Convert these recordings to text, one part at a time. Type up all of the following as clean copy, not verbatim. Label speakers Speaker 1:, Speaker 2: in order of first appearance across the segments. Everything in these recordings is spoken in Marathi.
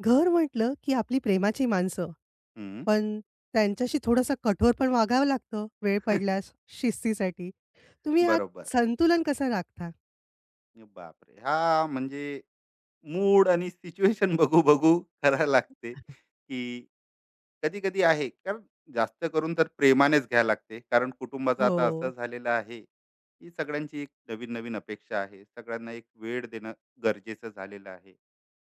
Speaker 1: घर म्हटलं, की आपली प्रेमाची माणसं,
Speaker 2: हं.
Speaker 1: पण त्यांच्याशी थोडंसं कठोर पण वागावं लागतं, वेळ पडल्यास शिस्तीसाठी. तुम्ही आत
Speaker 2: बरोबर.
Speaker 1: संतुलन कसं राखता?
Speaker 2: बापरे! हां, मूड आणि सिच्युएशन बघू बघू करायला लागते, की कधी-कधी आहे. कारण जास्त करून तर प्रेमानेच घ्यायला लागते. कारण कुटुंबाचं आता असं
Speaker 1: हो.
Speaker 2: झालेलं आहे, की सगळ्यांची एक नवीन-नवीन अपेक्षा आहे. सगळ्यांना एक वेळ देणं गरजेचं झालेलं आहे.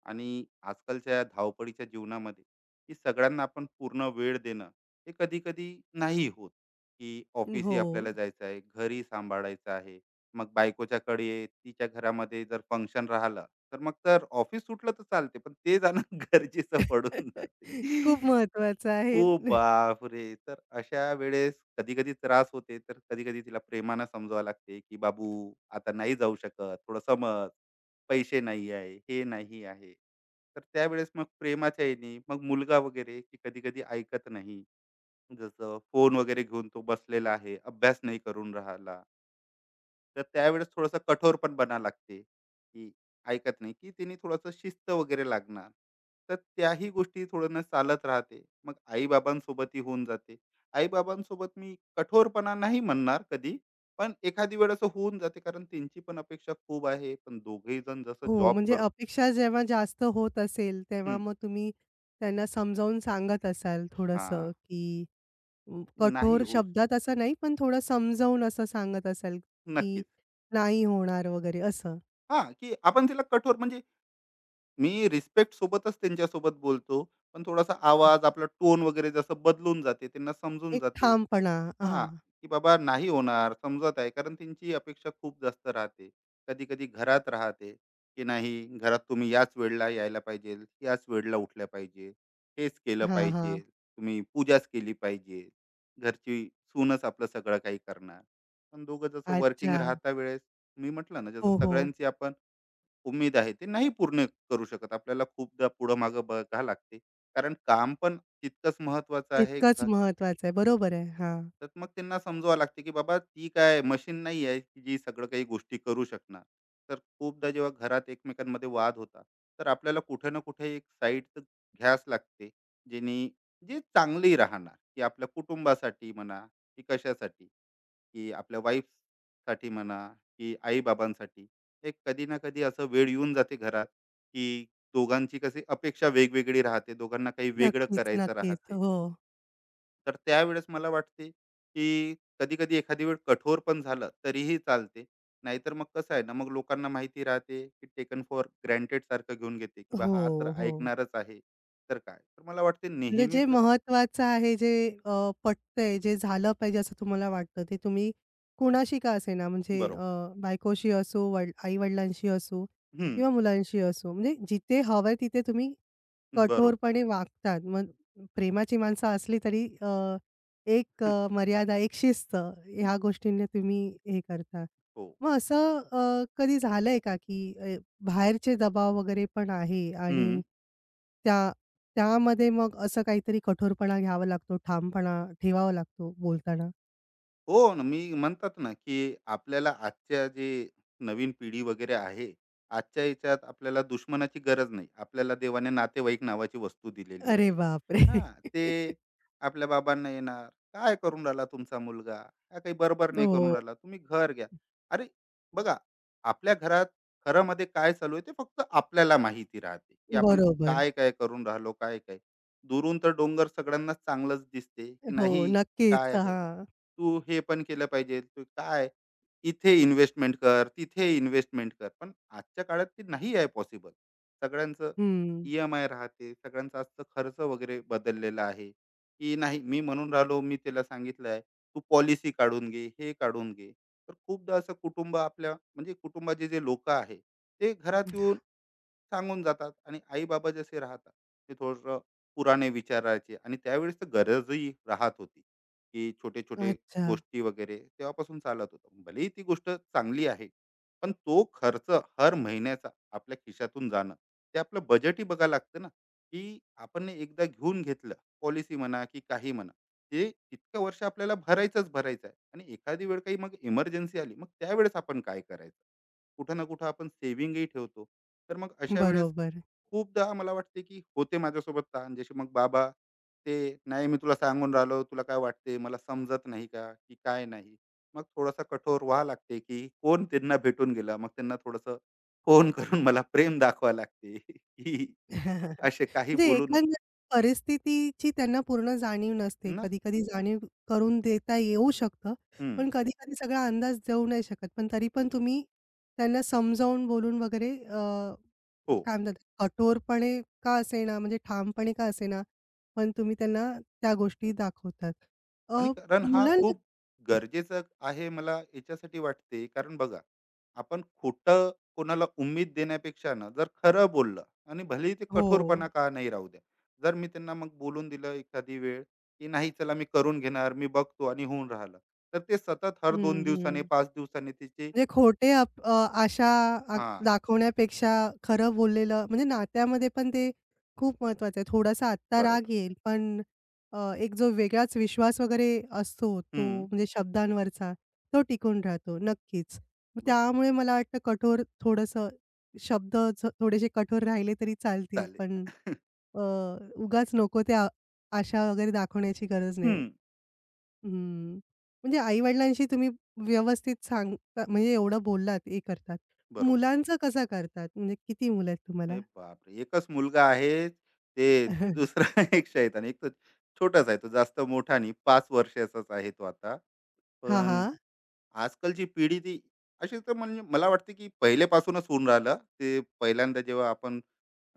Speaker 2: आणि आजकालच्या धावपळीच्या जीवनामध्ये, की सगळ्यांना आपण पूर्ण वेळ देणं, हे कधी-कधी नाही होत, की ऑफिसही
Speaker 1: हो.
Speaker 2: आपल्याला जायचं आहे, घरी सांभाळायचं आहे. मग बायकोच्याकडे तिच्या घरामध्ये जर फंक्शन राहिलं, तर मग ऑफिस सुटलं तर चालते, पण ते जाणं गरजेचं पडून जाते.
Speaker 1: खूप महत्वाचं आहे.
Speaker 2: खूप बापरे! तर अशा वेळेस कधी-कधी त्रास होते, तर कधी-कधी तिला प्रेमानं समजावं लागते, की "बाबू आता नाही जाऊ शकत, थोडं समज, पैसे नाही आहे, हे नाही आहे." तर त्यावेळेस मग प्रेमाच्या ह्यानी मग मुलगा वगैरे, की कधी-कधी ऐकत नाही. जसं फोन वगैरे घेऊन तो बसलेला आहे, अभ्यास नाही करून राहिला. तर त्यावेळेस थोडंसं कठोर पण बना लागते की ऐकत नाही की तिने थोडंसं शिस्त वगैरे लागणार, तर त्याही गोष्टी थोडं ना चालत राहते, मग आईबाबांसोबतही होऊन जाते. आईबाबांसोबत मी कठोरपणा नाही म्हणणार कधी, पण एखादी वेळ असं होऊन जाते, कारण त्यांची पण अपेक्षा खूप आहे, पण दोघेही जण जसं
Speaker 1: हो,
Speaker 2: जॉब
Speaker 1: म्हणजे
Speaker 2: करतो.
Speaker 1: अपेक्षा जेव्हा जास्त होत असेल, तेव्हा
Speaker 2: हं,
Speaker 1: मग तुम्ही त्यांना समजावून सांगत असाल
Speaker 2: हा,
Speaker 1: थोडंसं, की
Speaker 2: नाही
Speaker 1: कठोर
Speaker 2: होऊ श-
Speaker 1: शब्दात असं नाही, पण थोडं समजावून असं सांगत असाल, की
Speaker 2: नक्कीच.
Speaker 1: नाही होणार वगैरे असं.
Speaker 2: हा, की आपण तिला कठोर म्हणजे मी रिस्पेक्ट सोबतच त्यांच्यासोबत बोलतो. पण थोडासा आवाज, आपला टोन वगैरे जसं बदलून जाते, त्यांना समजून
Speaker 1: एक
Speaker 2: जाते.
Speaker 1: ठामपणा.
Speaker 2: हां,
Speaker 1: हां.
Speaker 2: की बाबा नाही होणार, समजत आहे. कारण त्यांची अपेक्षा खूप जास्त राहते. कधी-कधी घरात राहते, की नाही, घरात तुम्ही याच वेळेला यायला पाहिजे, याच वेळेला उठल्या पाहिजे, हेच केलं
Speaker 1: हां,
Speaker 2: पाहिजे,
Speaker 1: हां.
Speaker 2: तुम्ही पूजाच केली पाहिजे, घरची सूनच आपलं सगळं काही करणार. पण दोघं जसं
Speaker 1: अच्छा.
Speaker 2: वर्किंग राहता वेळेस, मी म्हटलं ना जसं
Speaker 1: हो, हो.
Speaker 2: सगळ्यांची आपण उमेद आहे ते नाही पूर्ण करू शकत. आपल्याला खूपदा पुढं-मागं बघावं लागते. कारण काम पण तितकंच महत्त्वाचं आहे.
Speaker 1: तितकंच
Speaker 2: घ,
Speaker 1: महत्वाचं आहे. बरोबर आहे. हां.
Speaker 2: तर मग त्यांना समजवावं लागते, की बाबा ती काय मशीन नाही आहे, की जी सगळं काही गोष्टी करू शकणार. तर खूपदा जेव्हा घरात एकमेकांमध्ये वाद होता, तर आपल्याला कुठे ना कुठे एक साईड तर घ्यावीच लागते. जेणे जे चांगली राहणार, की आपल्या कुटुंबासाठी म्हणा, की कशासाठी, की आपल्या वाईफ साठी म्हणा, की आई बाबांसाठी. एक कधी ना कधी असं वेळ येऊन जाते घरात, की दोघांची कशी अपेक्षा वेगवेगळी राहते, दोघांना काही वेगळं
Speaker 1: नक्कीच,
Speaker 2: करायचं
Speaker 1: नक्कीच.
Speaker 2: राहते.
Speaker 1: हो.
Speaker 2: तर त्यावेळेस मला वाटते की कधी कधी एखादी वेळ कठोर पण झालं तरीही चालते. नाहीतर मग कसं आहे ना, मग लोकांना माहिती राहते की टेकन फॉर ग्रँटेड सारखं घेऊन घेते, की बा
Speaker 1: हो,
Speaker 2: हा तर
Speaker 1: हो.
Speaker 2: ऐकणारच आहे. तर काय, तर मला वाटते
Speaker 1: म्हणजे जे
Speaker 2: नेहमीच
Speaker 1: महत्वाचं आहे, जे पटतंय, जे झालं पाहिजे असं तुम्हाला वाटतं, ते तुम्ही कोणाशी का असेना म्हणजे
Speaker 2: बरोबर.
Speaker 1: बायकोशी असो, आई-वडिलांशी असो
Speaker 2: हम्म.
Speaker 1: किंवा मुलांशी असो, म्हणजे जिथे हवंय तिथे तुम्ही
Speaker 2: बरोबर.
Speaker 1: कठोरपणे वागतात. मग प्रेमाची माणसं असली तरी एक मर्यादा, एक शिस्त ह्या गोष्टींनी तुम्ही हे करता.
Speaker 2: हो.
Speaker 1: मग असं कधी झालंय का, की बाहेरचे दबाव वगैरे पण आहे आणि त्या त्यामध्ये मग असं काहीतरी कठोरपणा घ्यावा लागतो, ठामपणा ठेवावा लागतो बोलताना?
Speaker 2: हो ना, मी म्हणतात ना, की आपल्याला आजच्या जे नवीन पिढी वगैरे आहे, आजच्या याच्यात आपल्याला दुश्मनाची गरज नाही. आपल्याला देवाने नातेवाईक नावाची वस्तू दिलेली
Speaker 1: अरे
Speaker 2: आहे.
Speaker 1: बापरे!
Speaker 2: हां, ते आपल्या बाबांना येणार, "काय करून राहिला तुमचा मुलगा? हा काही बरोबर नाही
Speaker 1: हो,
Speaker 2: करून राहिला. तुम्ही घर घ्या." अरे, बघा आपल्या घरात, घरामध्ये काय चालू आहे, ते फक्त आपल्याला माहिती राहते, की आपण
Speaker 1: बरोबर.
Speaker 2: काय-काय करून राहिलो, काय-काय. दुरून तर डोंगर सगळ्यांनाच चांगलंच दिसते, की
Speaker 1: हो,
Speaker 2: नाही
Speaker 1: नक्कीच.
Speaker 2: काय आहे.
Speaker 1: हां.
Speaker 2: तू हे पण केलं पाहिजे, तू काय, इथे इन्व्हेस्टमेंट कर, तिथे इन्व्हेस्टमेंट कर, पण आजच्या काळात ते नाही आहे पॉसिबल. सगळ्यांचं
Speaker 1: हं.
Speaker 2: EMI राहते, सगळ्यांचा आजचं खर्च वगैरे बदललेला आहे, की नाही मी म्हणून राहिलो, मी त्याला सांगितलं आहे, तू पॉलिसी काढून घे, हे काढून घे. तर खूपदा असं कुटुंब आपल्या म्हणजे कुटुंबाचे जे लोक आहे, ते घरात येऊन सांगून जातात आणि आई-बाबा जसे राहतात, ते थोडंसं पुराणे विचारायचे, आणि त्यावेळेस तर गरजही राहत होती, की छोटे-छोटे
Speaker 1: अच्छा.
Speaker 2: गोष्टी वगैरे तेव्हापासून चालत होतं. भलेही ती गोष्ट चांगली आहे, पण तो खर्च हर महिन्याचा आपल्या खिशातून जाणं, ते आपलं बजेटही बघायला लागतं ना, की आपण एकदा घेऊन घेतलं, पॉलिसी म्हणा की काही म्हणा, ते इतकं वर्ष आपल्याला भरायचंच भरायचं आहे, आणि एखादी वेळ काही मग इमर्जन्सी आली, मग त्यावेळेस आपण काय करायचं? कुठं ना कुठं आपण सेव्हिंगही ठेवतो. तर मग अशा वेळेस
Speaker 1: बरोबर.
Speaker 2: खूपदा मला वाटते की होते माझ्यासोबत ताण जसे, मग बाबा ते नाही, मी तुला सांगून राहिलो, तुला काय वाटते मला समजत नाही का, की काय नाही. मग थोडासा कठोर व्हा लागते, की कोण त्यांना भेटून गेला, मग त्यांना थोडस फोन करून मला प्रेम दाखवा लागते, की असे काही
Speaker 1: म्हणजे
Speaker 2: बोलू नको
Speaker 1: एखाद्या परिस्थितीची त्यांना पूर्ण जाणीव नसते.
Speaker 2: ना.
Speaker 1: कधी-कधी जाणीव करून देता येऊ शकतं.
Speaker 2: हम्म.
Speaker 1: पण कधी-कधी सगळा अंदाज देऊ नाही शकत. पण तरी पण तुम्ही त्यांना समजावून बोलून वगैरे
Speaker 2: हो.
Speaker 1: काय म्हणतात कठोरपणे का असेना, म्हणजे ठामपणे का असेना, पण तुम्ही त्यांना त्या गोष्टी दाखवतात.
Speaker 2: आणि
Speaker 1: अ,
Speaker 2: कारण हा
Speaker 1: मुलांना
Speaker 2: खूप गरजेचं आहे, मला याच्यासाठी वाटते, कारण बघा, आपण खोटं कोणाला उम्मीद देण्यापेक्षा ना, जर खरं बोललं, आणि भलेही ते
Speaker 1: हो.
Speaker 2: कठोरपणा का नाही राहू द्या. जर मी त्यांना मग बोलून दिलं एखादी वेळ, की नाही चला मी करून घेणार, मी बघतो, आणि होऊन राहिलं, तर ते सतत हर
Speaker 1: हं,
Speaker 2: 2 दिवसाने
Speaker 1: हं.
Speaker 2: 5 दिवसाने तिचे.
Speaker 1: म्हणजे खोटे आशा आ
Speaker 2: हा.
Speaker 1: दाखवण्यापेक्षा खरं बोललेलं म्हणजे नात्यामध्ये पण ते खूप महत्वाचं आहे. थोडासा आत्ता
Speaker 2: बरोबर.
Speaker 1: राग येईल, पण एक जो वेगळाच विश्वास वगैरे असतो, तो
Speaker 2: हम्म.
Speaker 1: म्हणजे शब्दांवरचा, तो टिकून राहतो. नक्कीच. मग
Speaker 2: बरोबर.
Speaker 1: त्यामुळे मला वाटतं कठोर थोडंसं शब्द थोडेसे कठोर राहिले तरी चालतील,
Speaker 2: चालेल.
Speaker 1: पण अ, उगाच नको त्या आशा वगैरे दाखवण्याची गरज नाही.
Speaker 2: हम्म.
Speaker 1: हं. म्हणजे आई-वडिलांशी तुम्ही व्यवस्थित सांगता म्हणजे एवढं बोललात, हे करतात.
Speaker 2: बरोबर.
Speaker 1: मुलांचं कसं करतात? म्हणजे किती मुलं आहेत तुम्हाला?
Speaker 2: अरे बापरे! एकच मुलगा आहे. ते दुसरा एक शैतान. एक तर छोटाच आहे तो, जास्त मोठा नाही. 5 वर्षाचाच आहे तो आता.
Speaker 1: हां,
Speaker 2: पण
Speaker 1: हां.
Speaker 2: आजकालची पिढी ती अशी तर म्हणजे मला वाटते, की पहिल्यापासूनच होऊन राहिलं. ते पहिल्यांदा जेव्हा आपण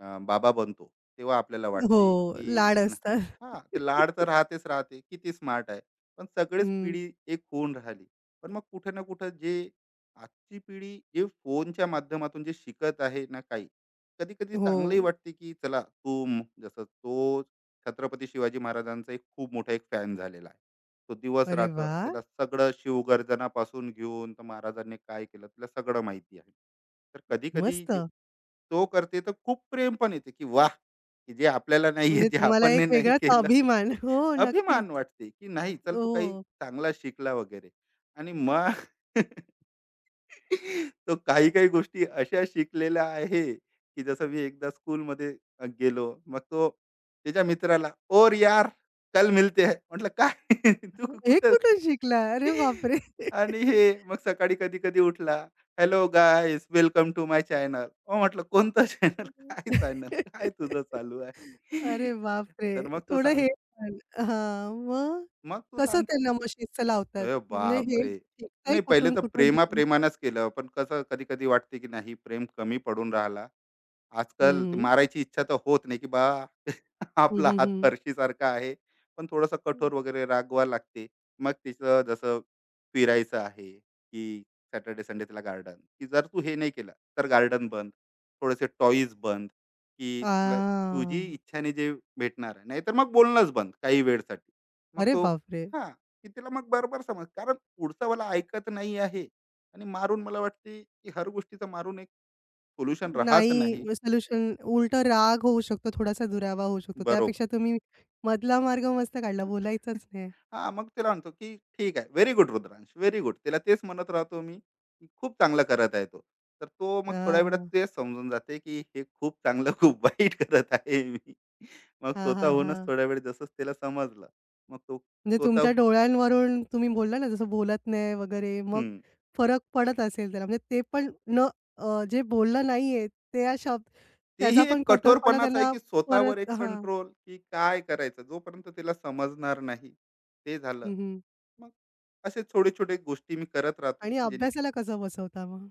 Speaker 2: बाबा बनतो, तेव्हा आपल्याला
Speaker 1: हो,
Speaker 2: वाटते की
Speaker 1: लाड
Speaker 2: नाही.
Speaker 1: असतात.
Speaker 2: हां, ते लाड तर राहतेच राहते, किती स्मार्ट आहे. पण सगळीच
Speaker 1: हं.
Speaker 2: पिढी एक होऊन राहिली. पण मग कुठे ना कुठं जे आजची पिढी जे फोनच्या माध्यमातून जे शिकत आहे ना, काही कधी कधी
Speaker 1: हो.
Speaker 2: चांगलंही वाटते, की चला जसं तो छत्रपती शिवाजी महाराजांचा एक खूप मोठा एक फॅन झालेला आहे. तो दिवस
Speaker 1: अरे
Speaker 2: रात्र
Speaker 1: वाह!
Speaker 2: त्याला सगळं शिवगर्जनापासून घेऊन तर महाराजांनी काय केलं त्याला सगळं माहिती आहे. तर कधी कधी
Speaker 1: मस्त.
Speaker 2: तो करते, तर खूप प्रेम पण येते की वाह, की जे आपल्याला नाहीये,
Speaker 1: म्हणजे
Speaker 2: जे
Speaker 1: तुम्हाला
Speaker 2: आपण
Speaker 1: एक
Speaker 2: नाही
Speaker 1: वेगळाच
Speaker 2: केलं.
Speaker 1: अभिमान. हो, नक्कीच.
Speaker 2: अभिमान वाटते, की नाही चल तू काही
Speaker 1: हो.
Speaker 2: चांगला शिकला वगैरे. आणि मग तो काही काही गोष्टी अशा शिकलेल्या आहे, की जसं मी एकदा स्कूलमध्ये गेलो, मग तो त्याच्या मित्राला ओर यार कल मिलते है. म्हटलं काय, तू
Speaker 1: हे
Speaker 2: कुठं?
Speaker 1: कुठून शिकला? अरे बापरे!
Speaker 2: आणि हे मग सकाळी कधी-कधी उठला, "hello guys welcome to my channel." अहो म्हटलं, कोणतं चॅनल? काय चॅनल? काय तुझं चालू आहे?
Speaker 1: अरे बापरे!
Speaker 2: तर मग तो
Speaker 1: थोडं
Speaker 2: सांग,
Speaker 1: हे पण हां, मग
Speaker 2: मग तू
Speaker 1: कसं
Speaker 2: सांग.
Speaker 1: त्यांना मग शिस्त लावतात?
Speaker 2: अरे
Speaker 1: की म्हणजे हे
Speaker 2: बापरे!
Speaker 1: शिकताय
Speaker 2: नाही पहिले
Speaker 1: कुठून,
Speaker 2: तर
Speaker 1: कुठून तरी?
Speaker 2: प्रेमा-प्रेमानेच केलं. पण कसं कधी-कधी वाटते की नाही, प्रेम कमी पडून राहिला.
Speaker 1: हं,
Speaker 2: आजकाल ते
Speaker 1: हं.
Speaker 2: मारायची इच्छा तर होत नाही, की बा,
Speaker 1: हं,
Speaker 2: आपला हात
Speaker 1: हं,
Speaker 2: फरशीसारखा आहे. पण थोडासा
Speaker 1: हं.
Speaker 2: कठोर वगैरे रागवा लागते. मग तिचं जसं फिरायचं आहे, की सॅटर्डे संडे तिला गार्डन, की जर तू हे नाही केलं, तर गार्डन बंद. थोडेसे टॉयज बंद, की तुला तुझी इच्छाने जे भेटणार आहे. नाहीतर मग बोलणंच बंद काही वेळसाठी. मग
Speaker 1: अरे
Speaker 2: तो,
Speaker 1: बापरे!
Speaker 2: हां, की तिला मग बरोबर समज, कारण पुढचा मला ऐकत नाही आहे. आणि मारून मला वाटते, की हर गोष्टीचं मारून एक सोल्युशन राहत
Speaker 1: नाही
Speaker 2: नाही.
Speaker 1: सोल्युशन उलटं राग होऊ शकतो, थोडासा दुरावा होऊ शकतो.
Speaker 2: बरोबर.
Speaker 1: त्यापेक्षा तुम्ही मधला मार्ग मस्त काढला, बोलायचंच नाही.
Speaker 2: हां, मग तिला म्हणतो, की "ठीक आहे. Very good Rudransh, very good." तिला तेच म्हणत राहतो मी, की खूप चांगलं करत आहे तो. तर तो मग थोड्या वेळात
Speaker 1: हां.
Speaker 2: तेच समजून जाते, की हे खूप चांगलं, खूप वाईट करत आहे मी. मग
Speaker 1: हां, हां,
Speaker 2: स्वतःहूनच
Speaker 1: हां.
Speaker 2: थोड्या वेळ जसंच तिला समजलं, मग तो
Speaker 1: म्हणजे
Speaker 2: स्वतः.
Speaker 1: तुमच्या डोळ्यांवरून तुम्ही बोलला ना, जसं बोलत नाही वगैरे, मग
Speaker 2: हं.
Speaker 1: फरक पडत असेल त्याला. म्हणजे ते पण जे बोललं नाहीये, त्या शब्द
Speaker 2: तेही
Speaker 1: त्याचा
Speaker 2: एक
Speaker 1: पण कठोरपणा
Speaker 2: कठोरपणाच आहे,
Speaker 1: त्यांना
Speaker 2: की स्वतःवर
Speaker 1: परत
Speaker 2: एक
Speaker 1: हां.
Speaker 2: कंट्रोल, की काय करायचं जोपर्यंत तिला समजणार नाही, ते झालं.
Speaker 1: हं, हं.
Speaker 2: मग असे छोटे-छोटे गोष्टी मी करत राहतो,
Speaker 1: आणि
Speaker 2: जे
Speaker 1: अभ्यासाला कसं बसवता मग?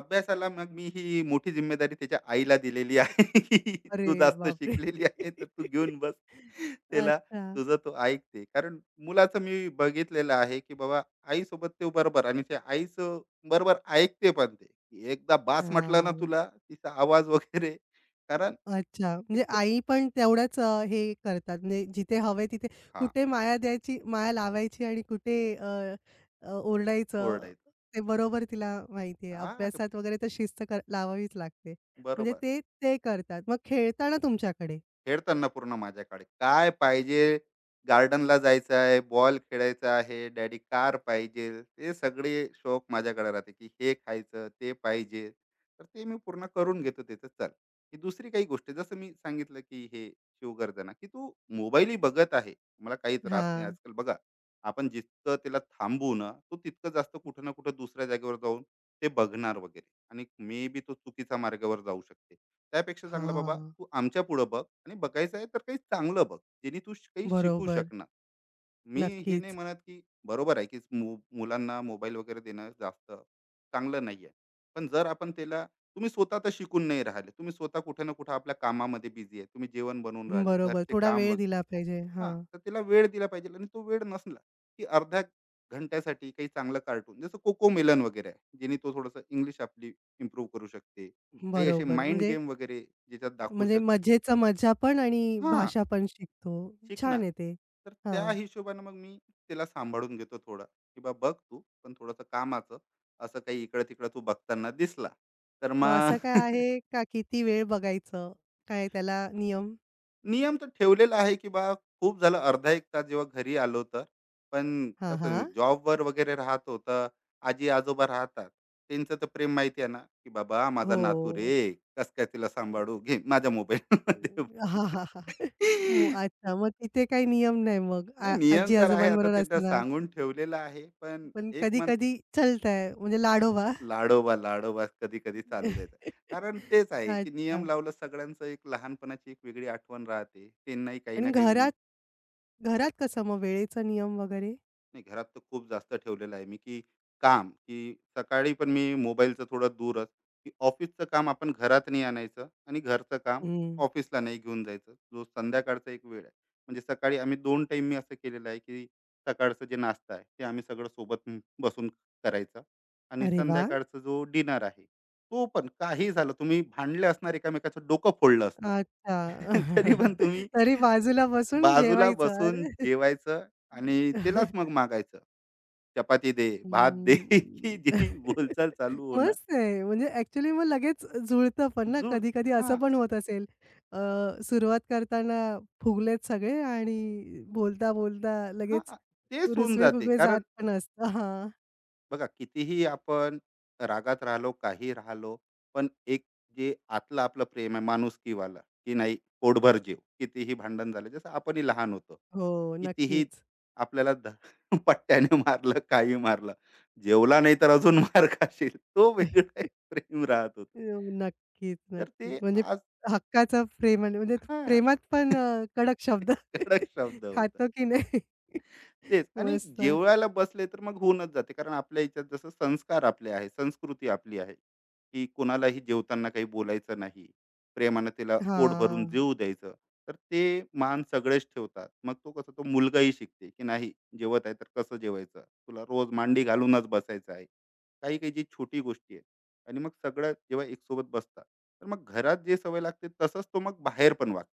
Speaker 2: अभ्यासाला मग मी ही मोठी जिम्मेदारी त्याच्या आईला दिलेली आहे, की
Speaker 1: अरे
Speaker 2: तू जास्त
Speaker 1: बापरे!
Speaker 2: शिकलेली आहे, तर तू घेऊन बस. त्याला
Speaker 1: अच्छा.
Speaker 2: तुझं तो ऐकते. कारण मुलाचं मी बघितलेलं आहे, की बाबा आईसोबत ते बरोबर, आणि ते आईचं बरोबर ऐकते पण ते. की एकदा बास म्हटलं ना
Speaker 1: हां.
Speaker 2: तुला, तिचा आवाज वगैरे कारण
Speaker 1: अच्छा.
Speaker 2: एक,
Speaker 1: म्हणजे आई पण तेवढ्याच हे करतात. म्हणजे जिथे हवंय तिथे
Speaker 2: हां,
Speaker 1: कुठे माया द्यायची माया लावायची आणि कुठे ओरडायचं
Speaker 2: ओरडायचं.
Speaker 1: ते बरोबर तिला माहिती आहे.
Speaker 2: हां, ते
Speaker 1: अभ्यासात वगैरे तर शिस्त कर लावावीच लागते. म्हणजे
Speaker 2: बरोबर.
Speaker 1: ते ते करतात. मग खेळताना तुमच्याकडे?
Speaker 2: खेळताना पूर्ण माझ्याकडे. काय पाहिजे, गार्डनला जायचं आहे, बॉल खेळायचा आहे, डॅडी कार पाहिजे, ते सगळे शौक माझ्याकडे राहते, की हे खायचं, ते पाहिजे. तर ते मी पूर्ण करून घेतो त्याचं चल. ही दुसरी काही गोष्ट आहे, जसं मी सांगितलं, की हे शिवगर्जना, की तू मोबाईलही बघत आहे. मला काही त्रास नाही
Speaker 1: हां.
Speaker 2: आजकाल बघा. आपण जितकं त्याला थांबवू ना, तो तितकं जास्त कुठं ना कुठं दुसऱ्या जागेवर जाऊन ते बघणार वगैरे, आणि मे बी तो चुकीच्या मार्गावर जाऊ शकते. त्यापेक्षा चांगलं बाबा
Speaker 1: हां.
Speaker 2: तू आमच्या पुढं बघ, आणि बघायचं आहे तर काही चांगलं बघ, जेणे काही शिकू
Speaker 1: बरोबर.
Speaker 2: शकणार. मी हे नाही
Speaker 1: नक्कीच.
Speaker 2: म्हणत की बरोबर आहे की मुलांना मोबाईल वगैरे देणं जास्त चांगलं नाही आहे, पण जर आपण त्याला, तुम्ही स्वतः तर शिकून नाही राहिले, तुम्ही स्वतः कुठे ना कुठे आपल्या कामामध्ये बिझी आहे, तुम्ही जेवण बनवून राहिले,
Speaker 1: बरोबर.
Speaker 2: घरचे
Speaker 1: थोडा
Speaker 2: काम
Speaker 1: वेळ
Speaker 2: वगैरे.
Speaker 1: दिला पाहिजे.
Speaker 2: हां,
Speaker 1: हां.
Speaker 2: तर त्याला वेळ दिला पाहिजे, आणि तो वेळ नसला, की अर्ध्या घंट्यासाठी काही चांगलं कार्टून जसं कोको मेलन वगैरे आहे, जेणे तो थोडंसं इंग्लिश आपली इम्प्रूव्ह करू शकते. काही असे
Speaker 1: बरोबर.
Speaker 2: माइंड
Speaker 1: म्हणजे
Speaker 2: गेम वगैरे ज्याच्यात दाखवू
Speaker 1: म्हणजे
Speaker 2: शक,
Speaker 1: मजेचं मजा पण आणि
Speaker 2: हां,
Speaker 1: भाषा पण शिकतो.
Speaker 2: शिकणार.
Speaker 1: छान आहे ते.
Speaker 2: तर त्या
Speaker 1: हां.
Speaker 2: हिशोबानं मग मी त्याला सांभाळून घेतो थोडं, की "बा बघ तू, पण थोडंसं कामाचं, असं काही इकडं-तिकडं तू बघताना दिसला, तर
Speaker 1: मग
Speaker 2: मग."
Speaker 1: असं काय आहे का किती वेळ बघायचं? काय त्याला नियम?
Speaker 2: नियम तर ठेवलेला आहे, की बा खूप झालं अर्धा 1 तास जेव्हा घरी आलो तर. पण
Speaker 1: हां,
Speaker 2: कसं
Speaker 1: हां.
Speaker 2: जॉबवर वगैरे राहतो, तर आजी-आजोबा राहतात. त्यांचं तर प्रेम माहिती आहे ना, की "बाबा माझा नातू रे,
Speaker 1: हो.
Speaker 2: कस काय तिला सांभाळू? घे माझ्या मोबाईलमध्ये."
Speaker 1: हां, हां, हां. मग अच्छा, मग तिथे काही नियम नाही मग
Speaker 2: नाही, नियम तर आहे, आता
Speaker 1: आजी-आजोबांबरोबर
Speaker 2: त्यांना
Speaker 1: असताना.
Speaker 2: सांगून ठेवलेला आहे. पण
Speaker 1: पण
Speaker 2: एक मत,
Speaker 1: कधी-कधी चलतंय म्हणजे लाडोबा.
Speaker 2: लाडोबा, लाडोबा कधी-कधी चालू द्यायचा. कारण तेच आहे, की नियम
Speaker 1: अच्छा.
Speaker 2: लावलं सगळ्यांचं, एक लहानपणाची एक वेगळी आठवण राहते. त्यांनाही काही ना
Speaker 1: आणि
Speaker 2: काही उमे,
Speaker 1: घरात घरात कसं मग वेळेचा नियम वगैरे?
Speaker 2: नाही घरात तर खूप जास्त ठेवलेलं आहे मी, की काम, की सकाळी पण मी मोबाईलचं थोडं दूरच, की ऑफिसचं काम आपण घरात नाही आणायचं, आणि घरचं काम
Speaker 1: हं.
Speaker 2: ऑफिसला नाही घेऊन जायचं. जो संध्याकाळचा एक वेळ आहे, म्हणजे सकाळी आम्ही दोन टाइम मी असं केलेलं आहे, की सकाळचं जे नाश्ता आहे ते आम्ही सगळं सोबत बसून करायचं, आणि
Speaker 1: अरे वाह!
Speaker 2: संध्याकाळचं जो डिनर आहे तो पण, काही झालं तुम्ही भांडले असणार, एकामेकाचं डोकं फोडलं असणार,
Speaker 1: अच्छा.
Speaker 2: तरी पण तुम्ही
Speaker 1: तरी बाजूला बसून
Speaker 2: बाजूला
Speaker 1: जेवायचं.
Speaker 2: बसून
Speaker 1: अरे!
Speaker 2: जेवायचं, आणि त्यालाच मग मागायचं. चपाती दे, भात दे, की
Speaker 1: हम्म.
Speaker 2: जी बोलचाल चालू होणार.
Speaker 1: मस्त आहे. म्हणजे ॲक्चुअली मग लगेच जुळतं पण ना,
Speaker 2: जुड,
Speaker 1: कधी-कधी असं
Speaker 2: हां.
Speaker 1: पण होत असेल, अ, सुरुवात करताना फुगलेत सगळे आणि बोलता-बोलता
Speaker 2: हां.
Speaker 1: लगेच
Speaker 2: तेच होऊन जाते,
Speaker 1: रुसवे-फुगवे जात
Speaker 2: कारण
Speaker 1: पण असतं. हां.
Speaker 2: बघा कितीही आपण रागात राहिलो काही राहिलो, पण एक जे आतलं आपलं प्रेम आहे माणुसकीवालं, की नाही पोटभर जीव, कितीही भांडण झालं, जसं आपणही लहान होतो,
Speaker 1: हो,
Speaker 2: कितीही
Speaker 1: नक्कीच.
Speaker 2: आपल्याला पट्ट्याने मारलं काही मारलं, जेवला नाही तर अजून मार खाशील, तो वेगळा एक प्रेम राहत होत.
Speaker 1: नक्कीच,
Speaker 2: तर ते
Speaker 1: नक्कीच. म्हणजे
Speaker 2: आज,
Speaker 1: हक्काचा प्रेम आणि म्हणजे
Speaker 2: हा,
Speaker 1: प्रेमात पण कडक शब्द
Speaker 2: कडक शब्द होता.
Speaker 1: खातो की नाही.
Speaker 2: तेच, आणि
Speaker 1: मस्त.
Speaker 2: जेवायला बसले तर मग होऊनच जाते. कारण आपल्या ह्याच्यात जसं संस्कार आपले आहे, संस्कृती आपली आहे, की कोणालाही जेवताना काही बोलायचं नाही. प्रेमानं त्याला पोट भरून
Speaker 1: हां.
Speaker 2: जेवू द्यायचं. तर ते मान सगळेच ठेवतात. मग तो कसा तो मुलगाही शिकते, की नाही जेवत आहे तर कसं जेवायचं? तुला रोज मांडी घालूनच बसायचं आहे. काही-काही जी छोटी गोष्टी आहेत, आणि मग सगळं जेव्हा एकसोबत बसतात, तर मग घरात जे सवय लागते तसंच तो मग बाहेर पण वागते.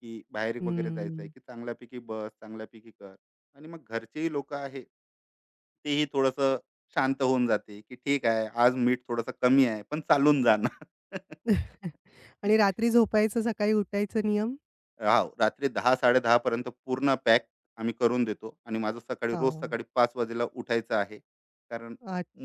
Speaker 2: की बाहेर वगैरे जायचं आहे,
Speaker 1: हं.
Speaker 2: की चांगल्यापैकी बस, चांगल्यापैकी कर. आणि मग घरचेही लोक आहे, तेही थोडंसं शांत होऊन जाते, की ठीक आहे, आज मीठ थोडंसं कमी आहे पण चालून जाणार.
Speaker 1: आणि रात्री झोपायचं, सकाळी उठायचं नियम?
Speaker 2: हा, रात्री 10 10:30 पर्यंत पूर्ण पॅक आम्ही करून देतो, आणि माझं सकाळी रोज
Speaker 1: हां.
Speaker 2: सकाळी 5 वाजेला उठायचं आहे. कारण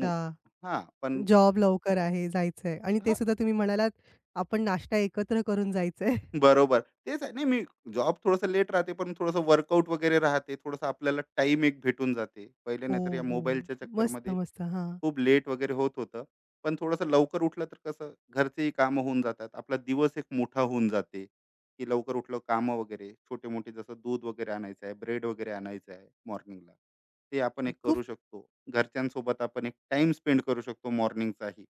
Speaker 2: मु- हा पण,
Speaker 1: जॉब लवकर आहे, जायचंय आणि ते
Speaker 2: हा
Speaker 1: सुद्धा तुम्ही म्हणालात, आपण नाश्ता एकत्र करून जायचंय.
Speaker 2: बरोबर, तेच आहे, नाही मी जॉब थोडंसं लेट राहते, पण थोडंसं वर्कआउट वगैरे राहते, थोडंसं आपल्याला टाइम एक भेटून जाते, पहिले
Speaker 1: हो,
Speaker 2: नाहीतर या
Speaker 1: हो.
Speaker 2: मोबाईलच्या
Speaker 1: मस्त,
Speaker 2: चक्करमध्ये
Speaker 1: मस्त. हां.
Speaker 2: खूप लेट वगैरे होत होतं. पण थोडंसं लवकर उठलं तर कसं घरचेही कामं होऊन जातात. आपला दिवस एक मोठा होऊन जाते, की लवकर उठलं कामं वगैरे छोटे-मोठे, जसं दूध वगैरे आणायचं आहे, ब्रेड वगैरे आणायचं आहे मॉर्निंगला. ते आपण एक
Speaker 1: खूप
Speaker 2: करू शकतो. घरच्यांसोबत आपण एक टाईम स्पेंड करू शकतो मॉर्निंगचाही.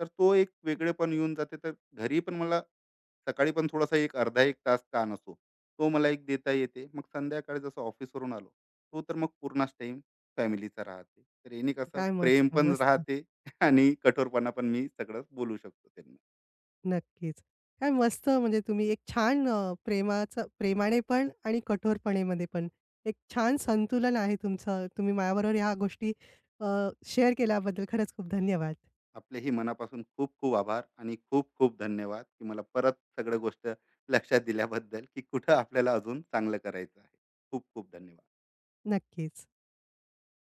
Speaker 2: तर तो एक वेगळेपण येऊन जाते. तर घरी पण मला सकाळी पण थोडासा एक अर्धा एक तास ताण असतो. तो मला एक देता येते. मग संध्याकाळी जसं ऑफिसवरून आलो, तो तर मग पूर्णच टाईम फॅमिलीचा राहते, तर याने कसं
Speaker 1: काय मस्त,
Speaker 2: प्रेम पण
Speaker 1: मस्त.
Speaker 2: राहते, आणि कठोरपणा पण मी सगळंच बोलू शकतो त्यांना.
Speaker 1: नक्कीच. काय मस्त म्हणजे तुम्ही एक छान प्रेमाचं प्रेमाने पण आणि कठोरपणेमध्ये पण एक छान संतुलन आहे तुमचं. तुम्ही माझ्याबरोबर ह्या गोष्टी शेअर केल्याबद्दल खरंच खूप धन्यवाद.
Speaker 2: आपलेही मनापासून खूप खूप आभार, आणि खूप खूप धन्यवाद, की मला परत सगळं गोष्ट लक्षात दिल्याबद्दल, की कुठं आपल्याला अजून चांगलं करायचं आहे. खूप खूप धन्यवाद.
Speaker 1: नक्कीच.